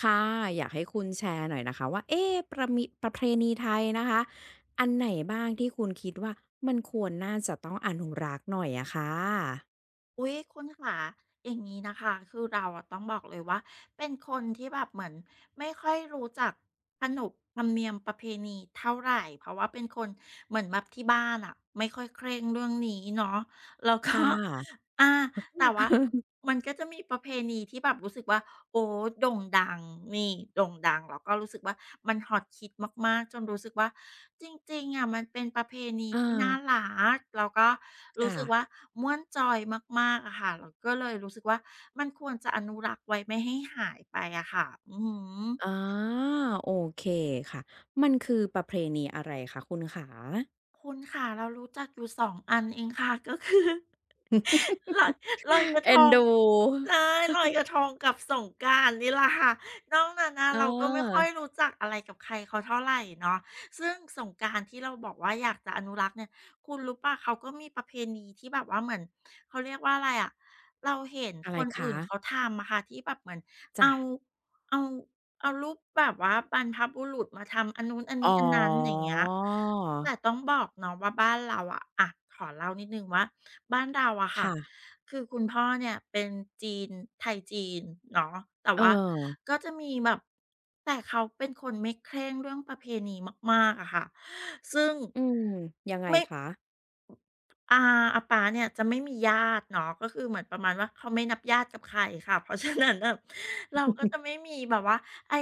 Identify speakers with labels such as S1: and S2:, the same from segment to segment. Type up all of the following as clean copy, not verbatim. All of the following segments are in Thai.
S1: ค่ะอยากให้คุณแชร์หน่อยนะคะว่าเอ๊ะประมิประเพณีไทยนะคะอันไหนบ้างที่คุณคิดว่ามันควรน่าจะต้องอนุรักษ์หน่อยอะค่ะ
S2: อุ๊ยคุณขาอย่างนี้นะคะคือเราอะต้องบอกเลยว่าเป็นคนที่แบบเหมือนไม่ค่อยรู้จักขนบธรรมเนียมประเพณีเท่าไหร่เพราะว่าเป็นคนเหมือนแบบที่บ้านอะไม่ค่อยเคร่งเรื่องนี้เนาะแล้วก็
S1: ค่ะ
S2: อาแต่ว่า มันก็จะมีประเพณีที่แบบรู้สึกว่า โอ้โด่งดังนี่โด่งดังแล้วก็รู้สึกว่ามันฮอตฮิตมากๆจนรู้สึกว่าจริงๆอะมันเป็นประเพณี
S1: เออ
S2: ที่น่ารักแล้วก็รู้
S1: ค่ะ
S2: สึกว่าม่วนจอยมากๆอะค่ะเราก็เลยรู้สึกว่ามันควรจะอนุรักษ์ไว้ไม่ให้หายไปอะค่ะอือฮ
S1: อ๋อ
S2: ึ
S1: โอเคค่ะมันคือประเพณีอะไรคะคุณขา
S2: คุณค่ะเรารู้จักอยู่สองอันเองค่ะก็คือ ลอยลอยกระท
S1: เอ็น
S2: ง
S1: ดู
S2: ใช่ลอยก ระทงกับสงกรานต์นี่แหละค่ะนอกนั้นน่ะ
S1: เ
S2: เราก็ไม่ค่อย
S1: ออ
S2: รู้จักอะไรกับใครเขาเท่าไรเนาะซึ่งสงกรานต์ที่เราบอกว่าอยากจะอนุรักษ์เนี่ยคุณรู้เปล่าเขาก็มีประเพณีที่แบบว่าเหมือนเขาเรียกว่าอะไรอะเราเห็น
S1: อะไร
S2: คน
S1: คะ
S2: อื่นเขาทำอะค่ะที่แบบเหมือน
S1: จ้ะ
S2: เอาเอาเอารูปแบบว่าบรรพบุรุษมาทำอันนู้นอัน
S1: อ๋
S2: นี้อันนั้นอย่า
S1: อ
S2: งเงี้ย แต่ต้องบอกเนาะว่าบ้านเราอะขอเล่านิดหนึ่งว่าบ้านเราอะค่ะ
S1: ค่ะ
S2: คือคุณพ่อเนี่ยเป็นจีนไทยจีนเนาะแต่
S1: เอ
S2: ว่า
S1: อ
S2: ก็จะมีแบบแต่เขาเป็นคนไม่เคร่งเรื่องประเพณีมากๆอะค่ะ ซึ่ง
S1: อืมยังไง
S2: ไม่
S1: คะ
S2: อาอาป๊าเนี่ยจะไม่มีญาติเนาะก็คือเหมือนประมาณว่าเขาไม่นับญาติกับใครค่ะ เพราะฉะนั้นน่ะเราก็จะไม่มีแบบว่าไอ้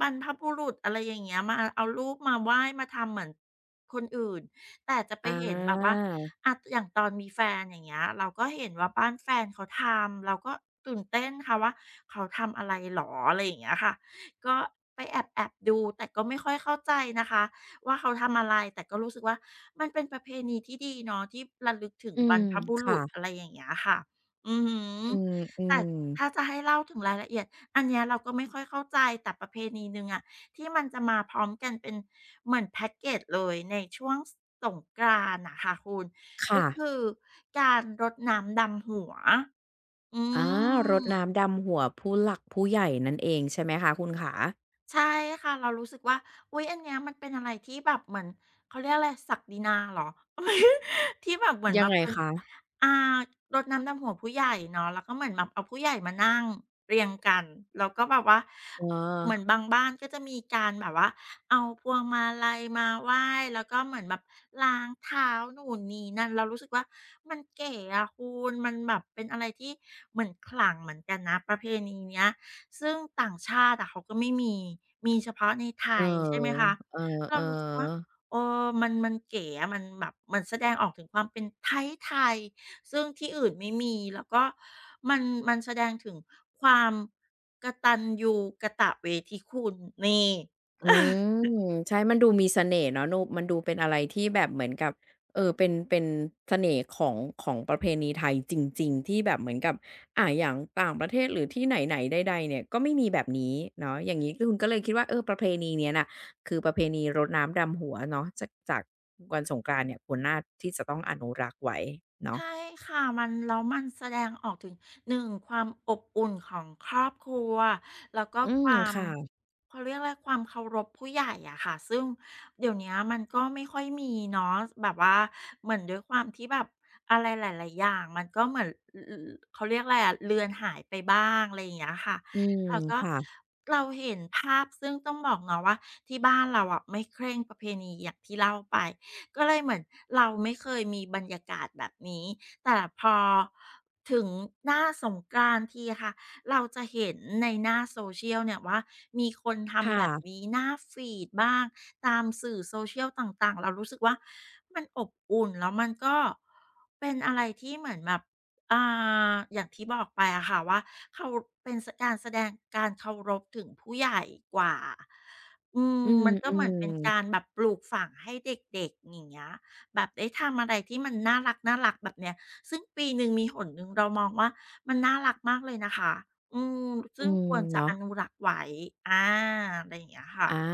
S2: บรรพบุรุษอะไรอย่างเงี้ยมาเอารูปมาไหว้มาทำเหมือนคนอื่นแต่จะไป
S1: อ
S2: เห็นแบบว่า
S1: า
S2: อะอย่างตอนมีแฟนอย่างเงี้ยเราก็เห็นว่าบ้านแฟนเขาทำเราก็ตื่นเต้นค่ะว่าเขาทำอะไรเหรออะไรอย่างเงี้ยค่ะก็ไปแอบๆดูแต่ก็ไม่ค่อยเข้าใจนะคะว่าเขาทำอะไรแต่ก็รู้สึกว่า มันเป็นประเพณีที่ดีเนาะที่ระลึกถึง
S1: อื
S2: บร
S1: ม
S2: รพบุรุษอะ
S1: ค่ะ
S2: ไรอย่างเงี้ยค่ะ อือฮึ
S1: อืม อื
S2: แต่
S1: ม
S2: ถ้าจะให้เล่าถึงรายละเอียดอันเนี้ยเราก็ไม่ค่อยเข้าใจแต่ประเพณีหนึ่งอะที่มันจะมาพร้อมกันเป็นเหมือนแพ็กเกจเลยในช่วงสงกรานต์น่ะค่ะคุณก็
S1: ค่ะ
S2: คือการรดน้ำดำหัวอื
S1: อารดน้ำ
S2: ม
S1: ดำหัวผู้หลักผู้ใหญ่นั่นเองใช่ไหมคะคุณขา
S2: ใช่ค่ะเรารู้สึกว่าอุ๊ยอันเนี้ยมันเป็นอะไรที่แบบเหมือนเขาเรียกอะไรศักดินาเหรอ ที่แบบเหมือน
S1: ยั
S2: แบ
S1: ง
S2: บ
S1: ไง
S2: เป็น
S1: คะ
S2: อ่ารดน้ำดำหัวผู้ใหญ่เนาะแล้วก็เหมือนแบบเอาผู้ใหญ่มานั่งเรียงกันแล้วก็แบบว่า
S1: เออ
S2: เหมือนบางบ้านก็จะมีการแบบว่าเอาพวงมาลัยมาไหว้แล้วก็เหมือนแบบล้างเท้าหนูนนี่นั่นเรารู้สึกว่ามันเก๋อะคุณมันแบบเป็นอะไรที่เหมือนขลังเหมือนกันนะประเพณีเนี้ย ซึ่งต่างชาติอะเขาก็ไม่มีมีเฉพาะในไท
S1: เออ
S2: ยใช่ไหมคะ
S1: เ
S2: เรา
S1: ออ
S2: รู้สึกว่า
S1: ๆ
S2: เออมันเก๋อะมันแบบมันแสดงออกถึงความเป็นไทยๆซึ่งที่อื่นไม่มีแล้วก็มันมันแสดงถึงความกตัญญูกตเวทีคุณนี่
S1: อืมใช่มันดูมีเสน่ห์เนาะนูมันดูเป็นอะไรที่แบบเหมือนกับเออเป็นเสน่ห์ของของประเพณีไทยจริงๆที่แบบเหมือนกับอย่างต่างประเทศหรือที่ไหนๆใดๆเนี่ยก็ไม่มีแบบนี้เนาะอย่างงี้คือคุณก็เลยคิดว่าเออประเพณีเนี้ยน่ะคือประเพณีรดน้ำดำหัวเนาะจากวันสงกรานต์เนี่ยควรน่าที่จะต้องอนุรักษ์ไว้เนาะ
S2: ใช่ค่ะมันแล้วมันแสดงออกถึงหนึ่งความอบอุ่นของครอบครัวแล้วก็
S1: อื
S2: ค
S1: ม
S2: วาม
S1: ค่ะ
S2: เขาเรียกอะไรความเคารพผู้ใหญ่อะค่ะซึ่งเดี๋ยวเนี้ยมันก็ไม่ค่อยมีเนาะแบบว่าเหมือนด้วยความที่แบบอะไรหลายๆอย่างมันก็เหมือนรรเขาเรียกอะไรอะเลือนหายไปบ้างอะไรอย่างเงี้ยค่ะ
S1: อืม
S2: แล้วก็
S1: ค่ะ
S2: เราเห็นภาพซึ่งต้องบอกเนาะว่าที่บ้านเราอะไม่เคร่งประเพณีอย่างที่เล่าไป ก็เลยเหมือนเราไม่เคยมีบรรยากาศแบบนี้ แต่พอถึงหน้าสงกรานต์ทีค่ะ เราจะเห็นในหน้าโซเชียลเนี่ยว่ามีคนทำแบบ
S1: ค่ะ
S2: นี้หน้าฟีดบ้างตามสื่อโซเชียลต่างๆ เรารู้สึกว่ามันอบอุ่นแล้วมันก็เป็นอะไรที่เหมือนแบบ อ่าอย่างที่บอกไปอะค่ะว่าเขาเป็นการแสดงการเคารพถึงผู้ใหญ่กว่าอืม
S1: อื
S2: มันก็เหมือนเป็น
S1: ม
S2: การ
S1: ๆ
S2: แบบปลูกฝังให้เด็กๆอย่างเงี้ยแบบได้ทำอะไรที่มันน่ารักๆแบบเนี้ยซึ่งปีหนึ่งมีหนหนึ่งเรามองว่ามันน่ารักมากเลยนะคะอืม
S1: อื
S2: ซึ่งค
S1: ม
S2: วรจะอ
S1: เนาะ
S2: นุรักษ์ไว้อาอะไรอย่างเงี้ย
S1: อา
S2: ค่ะ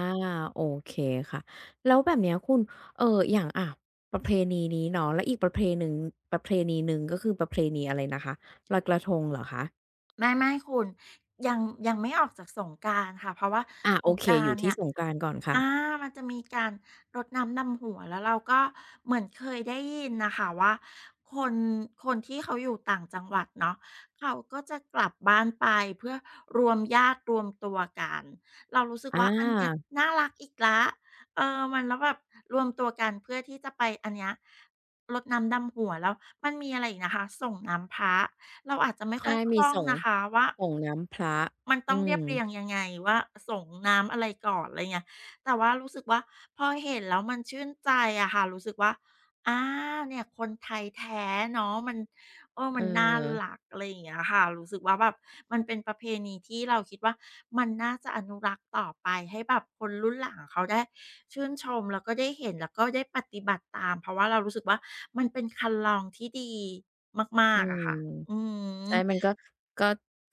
S1: โอเคค่ะแล้วแบบเนี้ยคุณเอ่ออย่างอะประเพณีนี้เนาะแล้วอีกประเพหนึ่งประเพณีหนึ่งก็คือประเพณีอะไรนะคะลอยกระทงเหรอคะ
S2: ไม่ไม่คุณยังยังไม่ออกจากสงกรานต์ค่ะเพราะว่า
S1: อา
S2: ส
S1: โอ
S2: ง
S1: เค
S2: กรา
S1: อ
S2: น
S1: ยู่
S2: ต์
S1: ที่
S2: เนี่ย
S1: สงกรานต์ก่อนค่ะ
S2: อามันจะมีการรดน้ำดำหัวแล้วเราก็เหมือนเคยได้ยินนะคะว่าคนคนที่เขาอยู่ต่างจังหวัดเนาะเขาก็จะกลับบ้านไปเพื่อรวมญาติรวมตัวกันเรารู้สึก
S1: อ
S2: ว่าอันเนี้ย
S1: า
S2: น่ารักอีกแล้วเออมันแล้วแบบรวมตัวกันเพื่อที่จะไปอันเนี้ยรดน้ำดำหัวแล้วมันมีอะไรอีกนะคะส่งน้ำพระเราอาจจะไม่ค่อ
S1: ใช่
S2: ยค
S1: มี
S2: ล่อง
S1: ส่ง
S2: นะคะว่า
S1: น้ำพระ
S2: มันต้อง
S1: อื
S2: เรีย
S1: ม
S2: บเรียงยังไงว่าส่งน้ำอะไรก่อนอะไรเงี้ยแต่ว่ารู้สึกว่าพอเห็นแล้วมันชื่นใจอะค่ะรู้สึกว่าอาเนี่ยคนไทยแท้เนาะมัน
S1: เ
S2: มันน่า
S1: ออ
S2: รักอะไรอย่างเงี้ยค่ะรู้สึกว่าแบบมันเป็นประเพณีที่เราคิดว่ามันน่าจะอนุรักษ์ต่อไปให้แบบคนรุ่นหลังเขาได้ชื่นชมแล้วก็ได้เห็นแล้วก็ได้ปฏิบัติตามเพราะว่าเรารู้สึกว่ามันเป็นคันลองที่ดีมา
S1: อื
S2: กๆอะ
S1: ม
S2: ค่ะอืม
S1: ใช่มันก็ก็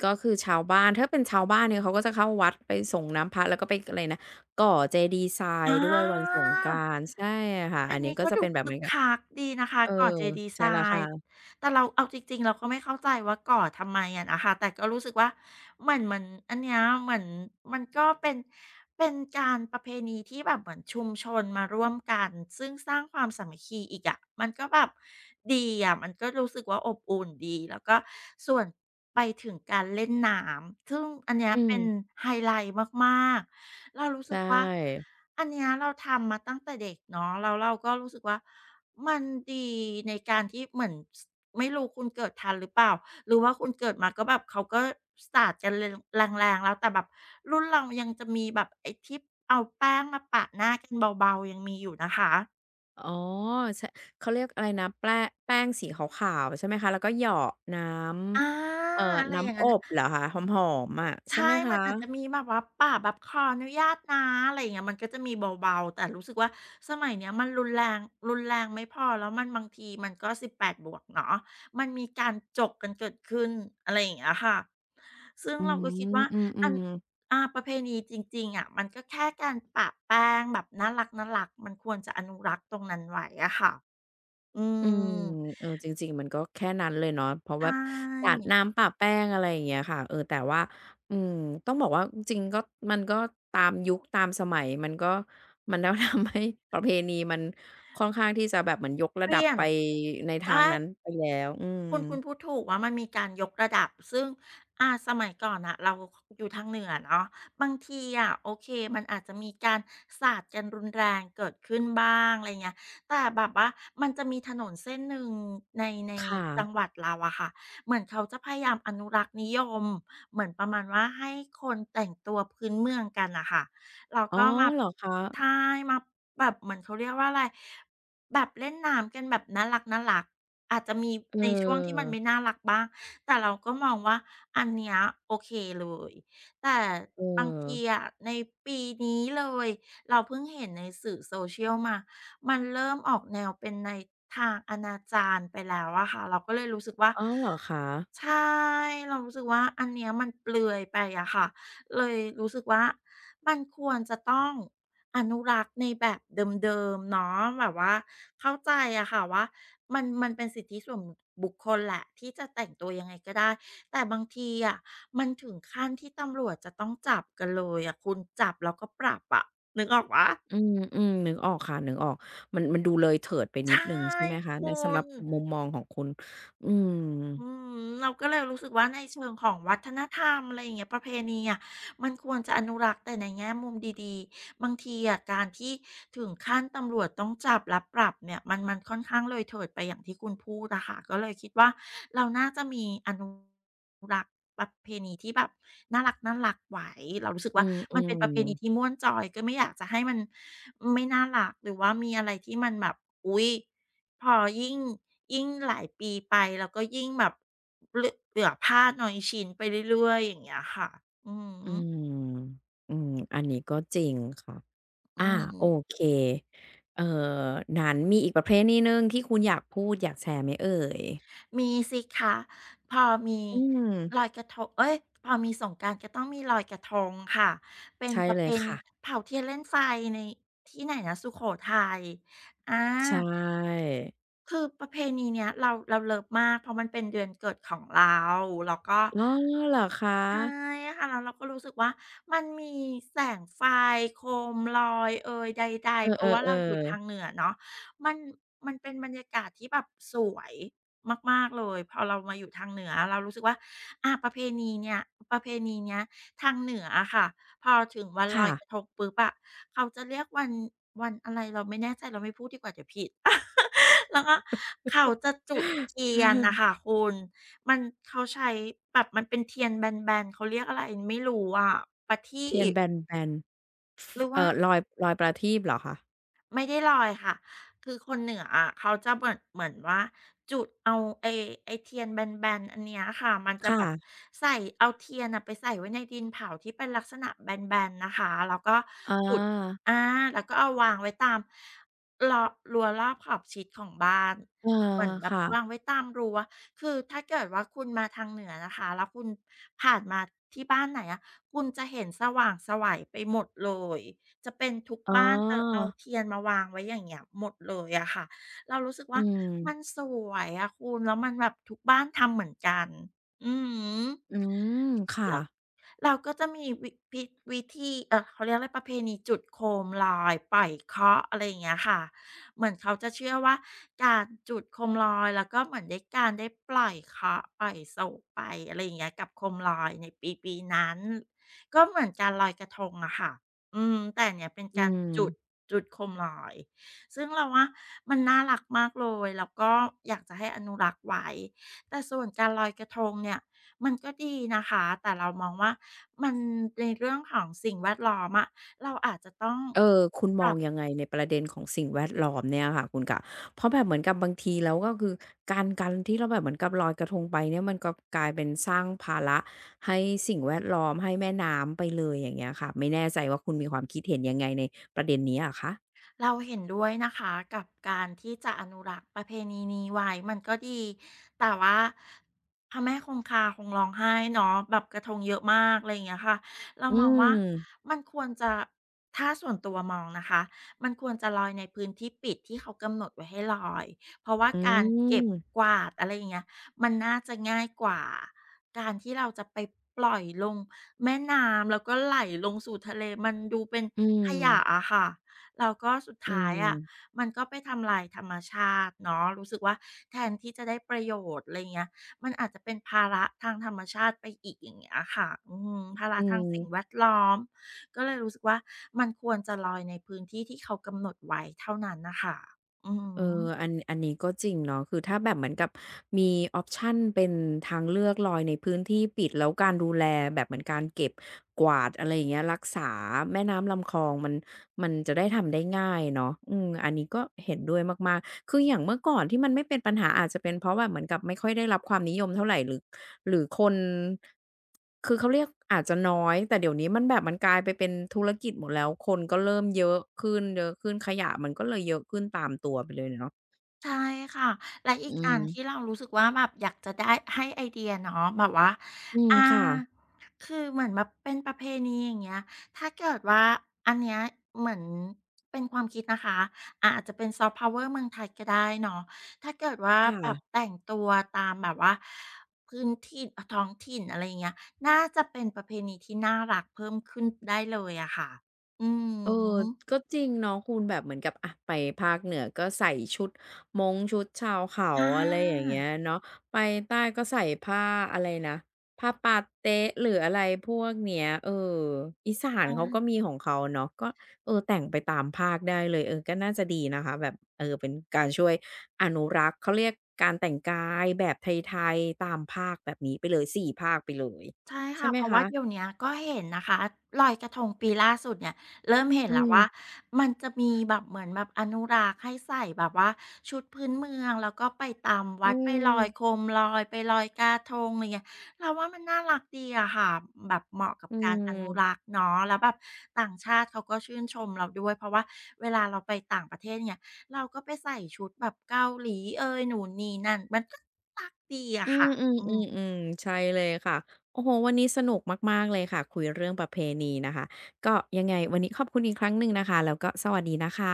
S1: คือชาวบ้านถ้าเป็นชาวบ้านเนี่ยเขาก็จะเข้าวัดไปส่งน้ำพระแล้วก็ไปอะไรนะก่อเจดีย์ทราย
S2: อา
S1: ด้วยวันสงกรานต์ใช่ค่ะ
S2: อั
S1: อั
S2: น
S1: นนี้
S2: นี้
S1: ก็
S2: ก็
S1: จะ
S2: ดู
S1: เป็นแบบ
S2: คึ
S1: เหมื
S2: ก
S1: อนกับ
S2: คักดีนะคะ
S1: เออ
S2: ก่อเจดีย์ท
S1: ใช่
S2: รา
S1: แล้ว
S2: ย
S1: ค่ะ
S2: แต่เราเอาจริงๆเราก็ไม่เข้าใจว่าก่อทำไมอะนะคะแต่ก็รู้สึกว่าเหมือนอันเนี้ยเหมือนมันก็เป็นการประเพณีที่แบบเหมือนชุมชนมาร่วมกันซึ่งสร้างความสามัคคีอีกอะมันก็แบบดีอะมันก็รู้สึกว่าอบอุ่นดีแล้วก็ส่วนไปถึงการเล่นน้ำซึ่งอันเนี้ย
S1: อื
S2: เป็น
S1: ม
S2: ไฮไลต์มากๆเรารู้
S1: ใช
S2: สึกว่า
S1: ่
S2: อันเนี้ยเราทำมาตั้งแต่เด็กเนาะแล้วเราก็รู้สึกว่ามันดีในการที่เหมือน ไม่รู้คุณเกิดทันหรือเปล่าหรือว่าคุณเกิดมาก็แบบเขาก็สาดกันแรงแรงๆแล้วแต่แบบรุ่นเรายังจะมีแบบไอ้ที่เอาแป้งมาปะหน้ากันเบาๆยังมีอยู่นะคะ
S1: อ๋อใชเขาเรียกอะไรนะแป้งแป้งสีขาวๆใช่ไหมคะแล้วก็เหยาะน้
S2: อ่า
S1: ำ
S2: อะไรอย่าง
S1: น้ำอ
S2: นั้น
S1: บเหรอคะหอมๆอะใช่ไห
S2: ใช่
S1: ม
S2: มั
S1: คะ
S2: นอาจจะมีแบบว่าป่าแบบขออนุญาตนะอะไรอย่างเงี้ยมันก็จะมีเบาๆแต่รู้สึกว่าสมัยเนี้ยมันรุนแรงรุนแรงไม่พอแล้วมันบางทีมันก็สิบแปดบวกเนาะมันมีการจกกันเกิดขึ้นอะไรอย่างเงี้ยค่ะ ซึ่ง
S1: อื
S2: เราก็คิด
S1: ม
S2: ว่า
S1: อื
S2: อัน
S1: มๆ
S2: ประเพณีจริงๆอะมันก็แค่การปะแป้งแบบน่ารักๆมันควรจะอนุรักษ์ตรงนั้นไว้อะค่ะอื
S1: อืม
S2: ม
S1: เออจริงๆมันก็แค่นั้นเลยเนาะเพราะแบ
S2: ใช่
S1: บสาดน้ำปะแป้งอะไรอย่างเงี้ยค่ะเออแต่ว่าอืมต้องบอกว่าจริงๆก็มันก็ตามยุคตามสมัยมันก็ทำให้ประเพณีมันค่อนข้างที่จะแบบเหมือนยก
S2: เป
S1: ระดับ
S2: ลี่ยน
S1: ไปในทาง
S2: ใช่
S1: นั้นไปแล้วอืม
S2: คุณพูดถูกว่ามันมีการยกระดับซึ่งสมัยก่อนน่ะเราอยู่ทางเหนือเนาะบางทีอะโอเคมันอาจจะมีการสาดกันรุนแรงเกิดขึ้นบ้างอะไรเงี้ยแต่แบบว่ามันจะมีถนนเส้นหนึ่งในใน
S1: ค่ะ
S2: จังหวัดเราอะค่ะเหมือนเขาจะพยายามอนุรักษ์นิยมเหมือนประมาณว่าให้คนแต่งตัวพื้นเมืองกันน่ะค่ะแล้ว
S1: อ๋อ
S2: ก็มา
S1: เหรอคะ
S2: ใช่มาแบบเหมือนเขาเรียกว่าอะไร แบบเล่นน้ำกันแบบน่ารักๆอาจจะมี
S1: เอ
S2: ในช่วงที่มั
S1: อ
S2: นไม่น่ารักบ้างแต่เราก็มองว่าอันเนี้ยโอเคเลยแต่
S1: เออ
S2: บางทีอะในปีนี้เลยเราเพิ่งเห็นในสื่อ social มามันเริ่มออกแนวเป็นในทางอนาจารไปแล้วอะค่ะเราก็เลยรู้สึกว่า
S1: อ้าวเหรอคะ
S2: ใช่เรารู้สึกว่าอันเนี้ยมันเปลือยไปอะค่ะเลยรู้สึกว่ามันควรจะต้องอนุรักษ์ในแบบเดิมๆเนาะแบบว่าเข้าใจอะค่ะว่ามันเป็นสิทธิส่วนบุคคลแหละที่จะแต่งตัวยังไงก็ได้แต่บางทีอะมันถึงขั้นที่ตำรวจจะต้องจับกันเลยอะคุณจับแล้วก็ปรับอะนึกออกเปล่า
S1: อืมๆนึกออกค่ะนึกออกมันดูเลยเถิดไปนิด
S2: ใช่
S1: หนึ่งใช่ไหม
S2: ค
S1: คะใน
S2: ุ
S1: สำหรั
S2: ณ
S1: บมุมมองของคุณอืม
S2: อืมเราก็เลยรู้สึกว่าในเชิงของวัฒนธรรมอะไรอย่างเงี้ยประเพณีอ่ะมันควรจะอนุรักษ์แต่ในแง่มุมดีๆบางทีอ่ะการที่ถึงขั้นตำรวจต้องจับและปรับเนี่ยมันค่อนข้างเลยเถิดไปอย่างที่คุณพูดอะค่ะก็เลยคิดว่าเราน่าจะมีอนุรักษ์ประเพณีที่แบบน่ารักๆไว้เรารู้สึก
S1: อื
S2: ว่า
S1: มอื
S2: มันเป็น
S1: ม
S2: ประเพณีที่ม่วนจอยก็ไม่อยากจะให้มันไม่น่ารักหรือว่ามีอะไรที่มันแบบอุ๊ย พอยิ่งหลายปีไปเราก็ยิ่งแบบเหลือผ้าน้อยชิ้นไปเรื่อยๆอย่างเงี้ยค่ะอือ
S1: อื
S2: ฮึ
S1: ม อืม อันนี้ก็จริงค่ะ
S2: อื
S1: อา
S2: อฮึ
S1: โอเคเอ่อนั้นมีอีกประเภทนี้นึงที่คุณอยากพูดอยากแชร์ไหมเอ่ย
S2: มีสิคะพอมี
S1: อืม
S2: ลอยกระทงเอ๊ยพอมีสงกรานต์ก็ต้องมีลอยกระทงค่ะเป็น
S1: ใช่
S2: ประ
S1: เล
S2: เพ
S1: ย
S2: ณี
S1: ค่ะ
S2: เผาเทียนเล่นไฟในที่ไหนนะสุโขทัยอา
S1: ใช่
S2: คือประเพณีเนี้ยเราเลิฟมากเพราะมันเป็นเดือนเกิดของเราแล้วก็
S1: อ๋อเหรอคะ
S2: ใช่ค่ะแล้วเราก็รู้สึกว่ามันมีแสงไฟโคมลอยเอยใด
S1: เอ
S2: ๆเพราะ
S1: อ
S2: ว่าเราอยู่
S1: ๆ
S2: ทางเห
S1: ๆ
S2: นือเนาะมันมันเป็นบรรยากาศที่แบบสวยมากๆเลยพอเรามาอยู่ทางเหนือเรารู้สึกว่าอาประเพณีเนี่ยประเพณีเนี้ยทางเหนืออะค่ะพอถึงวันลอ
S1: ค่ะ
S2: ยกระทงปุ๊บอะเขาจะเรียกวันอะไรเราไม่แน่ใจเราไม่พูดดีกว่าเดี๋ยวผิด แล้วก็เขาจะจุดเทียนนะค่ะคุณมันเขาใช้แบบมันเป็นเทียนแบนๆเขาเรียกอะไรไม่รู้อะประที
S1: เทียน
S2: ป
S1: แบนๆฟ
S2: หรือว่า
S1: ลอยประทีปเหรอคะ
S2: ไม่ได้ลอยค่ะคือคนเหนืออะเขาจะเหมือนว่าจุดเอาไอ้ไอ้เทียนแบนๆอันเนี้ยค่ะมันจะแบบ
S1: ค่ะ
S2: ใส่เอาเทียนน่ะไปใส่ไว้ในดินเผาที่เป็นลักษณะแบนๆนะคะแล้วก็
S1: อ
S2: จุด
S1: า
S2: อาแล้วก็เอาวางไว้ตามล้อรั้วรอบขอบชิดของบ้าน
S1: เออ
S2: เหมือนแบบ
S1: ค่ะ
S2: วางไว้ตามรั้วคือถ้าเกิดว่าคุณมาทางเหนือนะคะแล้วคุณผ่านมาที่บ้านไหนอะคุณจะเห็นสว่างไสวไปหมดเลย จะเป็นทุก
S1: อ๋อ
S2: บ้านจะเอาเทียนมาวางไว้อย่างเงี้ยหมดเลยอะค่ะเรารู้สึก
S1: อื
S2: ว่า
S1: ม
S2: มันสวยอะคุณแล้วมันแบบทุกบ้านทำเหมือนกันอือฮึ
S1: อืม ค่ะ
S2: แล้ว เราก็จะมีวิธีเขาเรียกอะไรประเพณีจุดโคมลอยปล่อยเคราะห์อะไรอย่างเงี้ยค่ะเหมือนเขาจะเชื่อว่าการจุดโคมลอยแล้วก็เหมือนได้การได้ปล่อยเคราะห์ปล่อยโศกไปอะไรอย่างเงี้ยกับโคมลอยในปีๆนั้นก็เหมือนการลอยกระทงอะค่ะอืมแต่อันเนี้ยเป็น
S1: อื
S2: การจุด
S1: ม
S2: จุดโคมลอยซึ่งเราว่ามันน่ารักมากเลยแล้วก็อยากจะให้อนุรักษ์ไว้แต่ส่วนการลอยกระทงเนี่ยมันก็ดีนะคะแต่เรามองว่า มันในเรื่องของสิ่งแวดล้อมอะเราอาจจะต้อง
S1: เออคุณ
S2: ป
S1: มอ
S2: รั
S1: ง
S2: บ
S1: ยังไงในประเด็นของสิ่งแวดล้อมเนี่ยค่ะคุณกะเพราะแบบเหมือนกับบางทีแล้วก็คือการที่เราแบบเหมือนกับลอยกระทงไปเนี่ยมันก็กลายเป็นสร้างภาระให้สิ่งแวดล้อมให้แม่น้ำไปเลยอย่างเงี้ยค่ะไม่แน่ใจว่าคุณมีความคิดเห็นยังไงในประเด็นนี้อะคะ
S2: เราเห็นด้วยนะคะกับการที่จะอนุรักษ์ประเพณีนี้ไว้มันก็ดีแต่ว่าพระแม่คงคาคงร้องไห้เนาะแบบกระทงเยอะมากอะไรอย่างเงี้ยค่ะเรา
S1: อื
S2: มองว่า
S1: ม
S2: มันควรจะถ้าส่วนตัวมองนะคะมันควรจะลอยในพื้นที่ปิดที่เขากำหนดไว้ให้ลอยเพราะว่า
S1: อื
S2: การเก็บ
S1: ม
S2: กวาดอะไรอย่างเงี้ยมันน่าจะง่ายกว่าการที่เราจะไปปล่อยลงแม่น้ำแล้วก็ไหลลงสู่ทะเลมันดูเป็น
S1: อืม
S2: ขยะอะค่ะ แล้วก็สุด
S1: อื
S2: ท้ายอะ
S1: ม
S2: มันก็ไปทำลายธรรมชาติเนาะรู้สึกว่าแทนที่จะได้ประโยชน์อะไรเงี้ยมันอาจจะเป็นภาระทางธรรมชาติไปอีกอย่างเงี้ยค่ะอืมภาระ
S1: อื
S2: ทางสิ่งแว
S1: ม
S2: ดล้อมก็เลยรู้สึกว่ามันควรจะลอยในพื้นที่ที่เขากำหนดไว้เท่านั้นนะคะอื
S1: เอ
S2: ม
S1: ออันนี้ก็จริงเนาะคือถ้าแบบเหมือนกับมีออปชันเป็นทางเลือกลอยในพื้นที่ปิดแล้วการดูแลแบบเหมือนการเก็บกวาดอะไรอย่างเงี้ยรักษาแม่น้ำลำคลองมันจะได้ทำได้ง่ายเนาะอืมอันนี้ก็เห็นด้วยมากๆคืออย่างเมื่อก่อนที่มันไม่เป็นปัญหาอาจจะเป็นเพราะแบบเหมือนกับไม่ค่อยได้รับความนิยมเท่าไรหรือ หรือคนคือเขาเรียกอาจจะน้อยแต่เดี๋ยวนี้มันแบบมันกลายไปเป็นธุรกิจหมดแล้วคนก็เริ่มเยอะขึ้นเยอะขึ้นขยะมันก็เลยเยอะขึ้นตามตัวไปเลยเนาะ
S2: ใช่ค่ะ และอี
S1: อื
S2: กอันที่เรา
S1: ม
S2: รู้สึกว่าแบบอยากจะได้ให้ไอเดียเนาะแบบว่า
S1: อืม
S2: อ่า
S1: ค่ะ
S2: คือเหมือนแบบเป็นประเพณีอย่างเงี้ยถ้าเกิดว่าอันเนี้ยเหมือนเป็นความคิดนะคะอาจจะเป็นซอฟต์พาวเวอร์เมืองไทยก็ได้เนาะถ้าเกิดว่า
S1: ค่
S2: แบ
S1: ะ
S2: บแต่งตัวตามแบบว่าพื้นที่ท้องถิ่นอะไรอย่างเงี้ย น่าจะเป็นประเพณีที่น่ารักเพิ่มขึ้นได้เลยอะค่ะอื
S1: เออ
S2: ม
S1: ก็จริงเนาะคุณแบบเหมือนกับอะไปภาคเหนือก็ใส่ชุดมงชุดชาวเขา
S2: อ
S1: อะไรอย่าง
S2: ่
S1: เงี้ยเนาะไปใต้ก็ใส่ผ้าอะไรนะผ้าปาเต๊ะหรืออะไรพวกเนี้ยเอออี
S2: า
S1: สานเขาก็
S2: ใช่
S1: มีของเขาเนาะก็เออแต่งไปตามภาคได้เลยเออก็น่าจะดีนะคะแบบเออเป็นการช่วยอนุรักษ์เขาเรียกการแต่งกายแบบไทยๆตามภาคแบบนี้ไปเลย4ภาคไปเลย
S2: ใช่
S1: ใช่
S2: ค่ะ
S1: ไหม
S2: เพราะว่าเดี๋ยว
S1: คะ
S2: เนี้ยก็เห็นนะคะลอยกระทงปีล่าสุดเนี่ยเริ่มเห็น
S1: อื
S2: แล้วว่า
S1: ม
S2: มันจะมีแบบเหมือนแบบอนุรักษ์ให้ใส่แบบว่าชุดพื้นเมืองแล้วก็ไปตาม
S1: อื
S2: วัดไปลอยโค
S1: ม
S2: มลอยไปลอยกระทงอะไรเงี้ยเราว่ามันน่ารักดีอะค่ะแบบเหมาะกับ
S1: อื
S2: การอนุรั
S1: ม
S2: กษ์เนาะแล้วแบบต่างชาติเขาก็ชื่นชมเราด้วยเพราะว่าเวลาเราไปต่างประเทศเนี่ยเราก็ไปใส่ชุดแบบเกาหลีเอยหนูนนี่นั่นมันก็น่ารักดี
S1: อื
S2: อะ
S1: ม
S2: ค่ะ
S1: อืม
S2: อื
S1: อื
S2: ม
S1: มอืมใช่เลยค่ะโอ้โหวันนี้สนุกมากๆเลยค่ะคุยเรื่องประเพณีนะคะก็ยังไงวันนี้ขอบคุณอีกครั้งหนึ่งนะคะแล้วก็สวัสดีนะคะ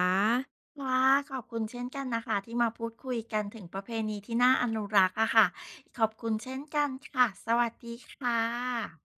S2: ค่ะขอบคุณเช่นกันนะคะที่มาพูดคุยกันถึงประเพณีที่น่าอนุรักษ์อะค่ะ ขอบคุณเช่นกันค่ะ สวัสดีค่ะ